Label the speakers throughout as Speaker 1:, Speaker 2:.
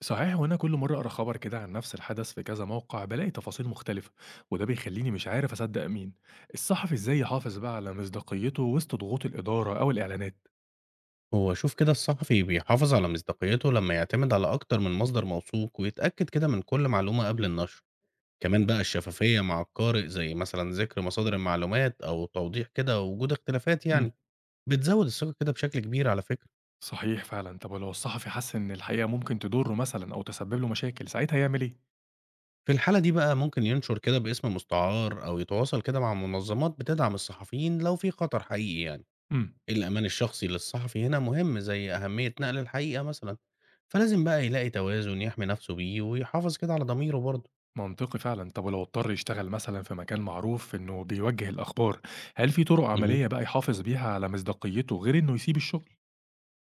Speaker 1: صحيح، وأنا كل مرة أقرأ خبر كده عن نفس الحدث في كذا موقع بلاقي تفاصيل مختلفة، وده بيخليني مش عارف أصدق مين. الصحفي إزاي يحافظ بقى على مصداقيته وسط ضغوط الإدارة أو الإعلانات؟
Speaker 2: هو شوف كده الصحفي بيحافظ على مصداقيته لما يعتمد على أكتر من مصدر موثوق ويتأكد كده من كل معلومة قبل النشر. كمان بقى الشفافية مع القارئ زي مثلا ذكر مصادر المعلومات أو توضيح كده وجود اختلافات يعني
Speaker 1: امم
Speaker 2: بتزود الثقة كده بشكل كبير على فكرة.
Speaker 1: صحيح فعلا، طب لو الصحفي حس إن الحقيقة ممكن تضره مثلا أو تسبب له مشاكل ساعتها يعمل إيه؟
Speaker 2: في الحالة دي بقى ممكن ينشر كده باسم مستعار أو يتواصل كده مع منظمات بتدعم الصحفيين لو في خطر حقيقي يعني.
Speaker 1: امم
Speaker 2: الأمان الشخصي للصحفي هنا مهم زي أهمية نقل الحقيقة مثلا، فلازم بقى يلاقي توازن يحمي نفسه بيه ويحافظ كده على ضميره برضه.
Speaker 1: منطقي فعلا، طب لو اضطر يشتغل مثلا في مكان معروف إنه بيوجه الأخبار، هل في طرق عملية بقى يحافظ بيها على مصداقيته غير إنه يسيب الشغل؟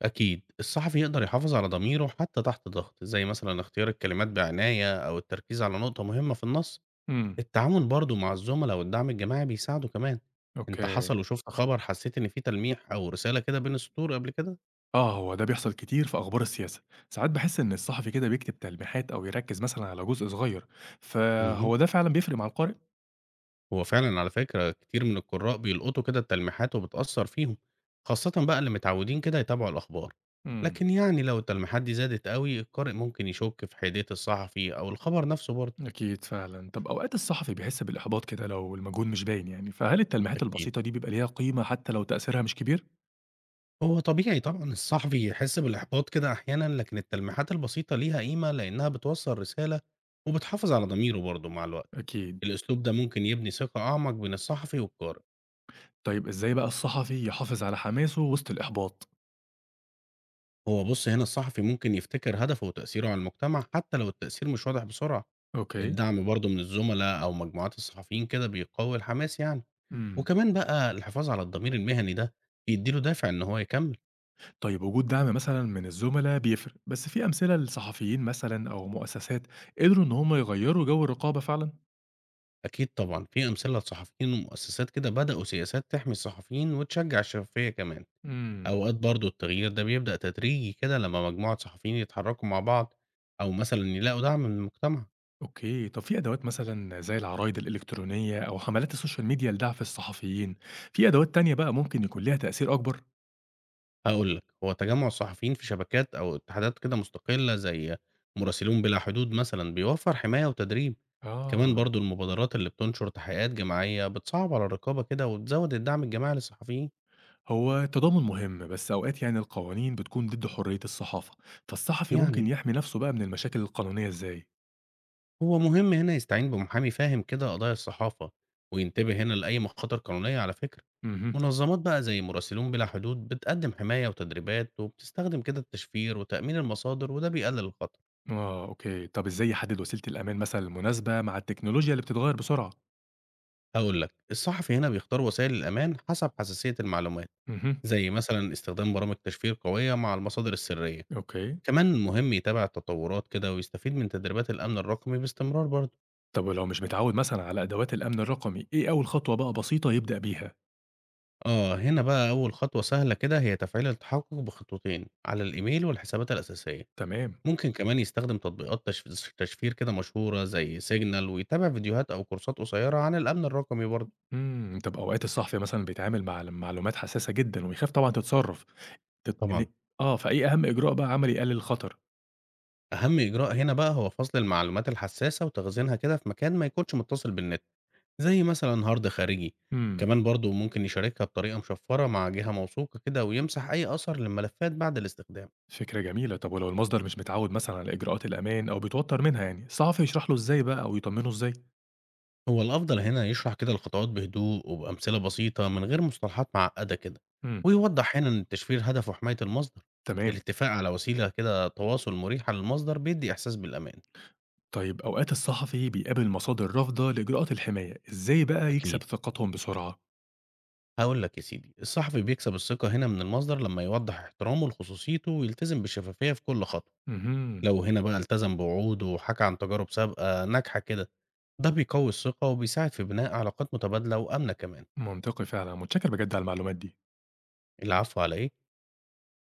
Speaker 2: أكيد، الصحفي يقدر يحافظ على ضميره حتى تحت ضغط، زي مثلًا اختيار الكلمات بعناية أو التركيز على نقطة مهمة في النص.
Speaker 1: امم
Speaker 2: التعاون برضه مع الزملاء والدعم الجماعي بيساعده كمان. أنت
Speaker 1: اوكي.
Speaker 2: حصل وشُفت خبر حسيت إن في تلميح أو رسالة كده بين السطور قبل كده؟
Speaker 1: آه، هو ده بيحصل كتير في أخبار السياسة، ساعات باحس إن الصحفي كده بيكتب تلميحات أو يركز مثلًا على جزء صغير،
Speaker 2: اهم،
Speaker 1: فهو ده فعلًا بيفرق مع القارئ؟
Speaker 2: هو فعلًا على فكرة كتير من القراء بيلقطوا كده التلميحات وبتأثّر فيهم، خاصةً بقى اللي متعودين كده يتابعوا الأخبار.
Speaker 1: إمم،
Speaker 2: لكن يعني لو التلميحات دي زادت أوي القارئ ممكن يشُك في حيادية الصحفي أو الخبر نفسه برضه.
Speaker 1: أكيد فعلًا، طب أوقات الصحفي بيحس بالإحباط كده لو المجهود مش باين يعني، فهل التلميحات
Speaker 2: أكيد.
Speaker 1: البسيطة دي بيبقى ليها قيمة حتى لو تأثيرها مش كبير؟
Speaker 2: هو طبيعي طبعًا الصحفي يحس بالإحباط كده أحيانًا، لكن التلميحات البسيطة ليها قيمة لإنها بتوصّل رسالة وبتحافظ على ضميره برضه مع الوقت.
Speaker 1: أكيد،
Speaker 2: الأسلوب ده ممكن يبني ثقة أعمق بين الصحفي والقارئ.
Speaker 1: طيب إزاي بقى الصحفي يحافظ على حماسه وسط الإحباط؟
Speaker 2: هو بُص هنا الصحفي ممكن يفتكر هدفه وتأثيره على المجتمع حتى لو التأثير مش واضح بسرعة.
Speaker 1: أوكي،
Speaker 2: الدعم برضه من الزملاء أو مجموعات الصحفيين كده بيقوي الحماس يعني.
Speaker 1: إمم،
Speaker 2: وكمان بقى الحفاظ على الضمير المهني ده بيدّي له دافع إن هو يكمّل.
Speaker 1: طيب وجود دعم مثلًا من الزملاء بيفرق، بس في أمثلة لصحفيين مثلًا أو مؤسسات قدروا إن هم يغيروا جو الرقابة فعلًا؟
Speaker 2: أكيد طبعًا في أمثلة لصحفيين ومؤسسات كده بدأوا سياسات تحمي الصحفيين وتشجّع الشفافية كمان.
Speaker 1: إمم.
Speaker 2: أوقات برضه التغيير ده بيبدأ تدريجي كده لما مجموعة صحفيين يتحركوا مع بعض أو مثلا يلاقوا دعم من المجتمع.
Speaker 1: أوكي، طب في أدوات مثلًا زي العرايد الإلكترونية أو حملات السوشيال ميديا لدعم الصحفيين، في أدوات تانية بقى ممكن يكون ليها تأثير أكبر؟
Speaker 2: هقول لك هو تجمع الصحفيين في شبكات أو اتحادات كده مستقلة زي مراسلون بلا حدود مثلا بيوفر حماية وتدريب. كمان
Speaker 1: آه.
Speaker 2: برضه المبادرات اللي بتنشر تحقيقات جماعية بتصعب على الرقابة كده وتزود الدعم الجماعي للصحفيين.
Speaker 1: هو التضامن مهم، بس أوقات يعني القوانين بتكون ضد حرية الصحافة، فالصحفي ممكن
Speaker 2: يعني
Speaker 1: يحمي نفسه بقى من المشاكل القانونية إزاي؟
Speaker 2: هو مهم هنا يستعين بمحامي فاهم كده قضايا الصحافة وينتبه هنا لأي مخاطر قانونية على فكرة.
Speaker 1: اهم.
Speaker 2: منظمات بقى زي مراسلون بلا حدود بتقدم حماية وتدريبات وبتستخدم كده التشفير وتأمين المصادر وده بيقلل الخطر.
Speaker 1: آه، أوكي، طب إزاي يحدد وسيلة الأمان مثلًا المناسبة مع التكنولوجيا اللي بتتغير بسرعة؟
Speaker 2: هقول لك الصحفي هنا بيختار وسائل الأمان حسب حساسية المعلومات،
Speaker 1: اهم،
Speaker 2: زي مثلا استخدام برامج تشفير قوية مع المصادر السرية.
Speaker 1: أوكي،
Speaker 2: كمان مهم يتابع التطورات كده ويستفيد من تدريبات الأمن الرقمي باستمرار برضه.
Speaker 1: طب ولو مش متعود مثلًا على أدوات الأمن الرقمي، إيه أول خطوة بقى بسيطة يبدأ بيها؟
Speaker 2: آه هنا بقى أول خطوة سهلة كده هي تفعيل التحقق بخطوتين على الإيميل والحسابات الأساسية.
Speaker 1: تمام.
Speaker 2: ممكن كمان يستخدم تطبيقات تشفير كده مشهورة زي سيجنال ويتابع فيديوهات أو كورسات قصيرة عن الأمن الرقمي برضه.
Speaker 1: إمم، طب أوقات الصحفي مثلًا بيتعامل مع ال معلومات حساسة جدًا ويخاف طبعًا تتسرّب، إن
Speaker 2: طبعا
Speaker 1: آه، فإيه أهم إجراء بقى عملي يقلل الخطر؟
Speaker 2: أهم إجراء هنا بقى هو فصل المعلومات الحساسة وتخزينها كده في مكان ما يكونش متصل بالنت، زي مثلا هارد خارجي.
Speaker 1: إمم،
Speaker 2: كمان برضه ممكن يشاركها بطريقة مشفرة مع جهة موثوقة كده ويمسح أي أثر للملفات بعد الاستخدام.
Speaker 1: فكرة جميلة، طب ولو المصدر مش متعوّد مثلًا على إجراءات الأمان أو بيتوتر منها يعني، الصحفي يشرح له إزاي بقى أو يطمنه إزاي؟
Speaker 2: هو الأفضل هنا يشرح كده الخطوات بهدوء وبأمثلة بسيطة من غير مصطلحات معقدة كده،
Speaker 1: إمم،
Speaker 2: ويوضح هنا إن التشفير هدفه حماية المصدر.
Speaker 1: تمام،
Speaker 2: الاتفاق على وسيلة كده تواصل مريحة للمصدر بيدي إحساس بالأمان.
Speaker 1: طيب أوقات الصحفي بيقابل مصادر رافضة لإجراءات الحماية، إزاي بقى
Speaker 2: أكيد.
Speaker 1: يكسب ثقتهم بسرعة؟
Speaker 2: هقول لك يا سيدي الصحفي بيكسب الثقة هنا من المصدر لما يوضح احترامه لخصوصيته ويلتزم بالشفافية في كل خطوة.
Speaker 1: اهم،
Speaker 2: لو هنا بقى التزم بوعوده وحكى عن تجارب سابقة ناجحة كده ده بيقوي الثقة وبيساعد في بناء علاقات متبادلة وآمنة كمان.
Speaker 1: منطقي فعلًا، متشكر بجد على المعلومات دي.
Speaker 2: العفو عليه.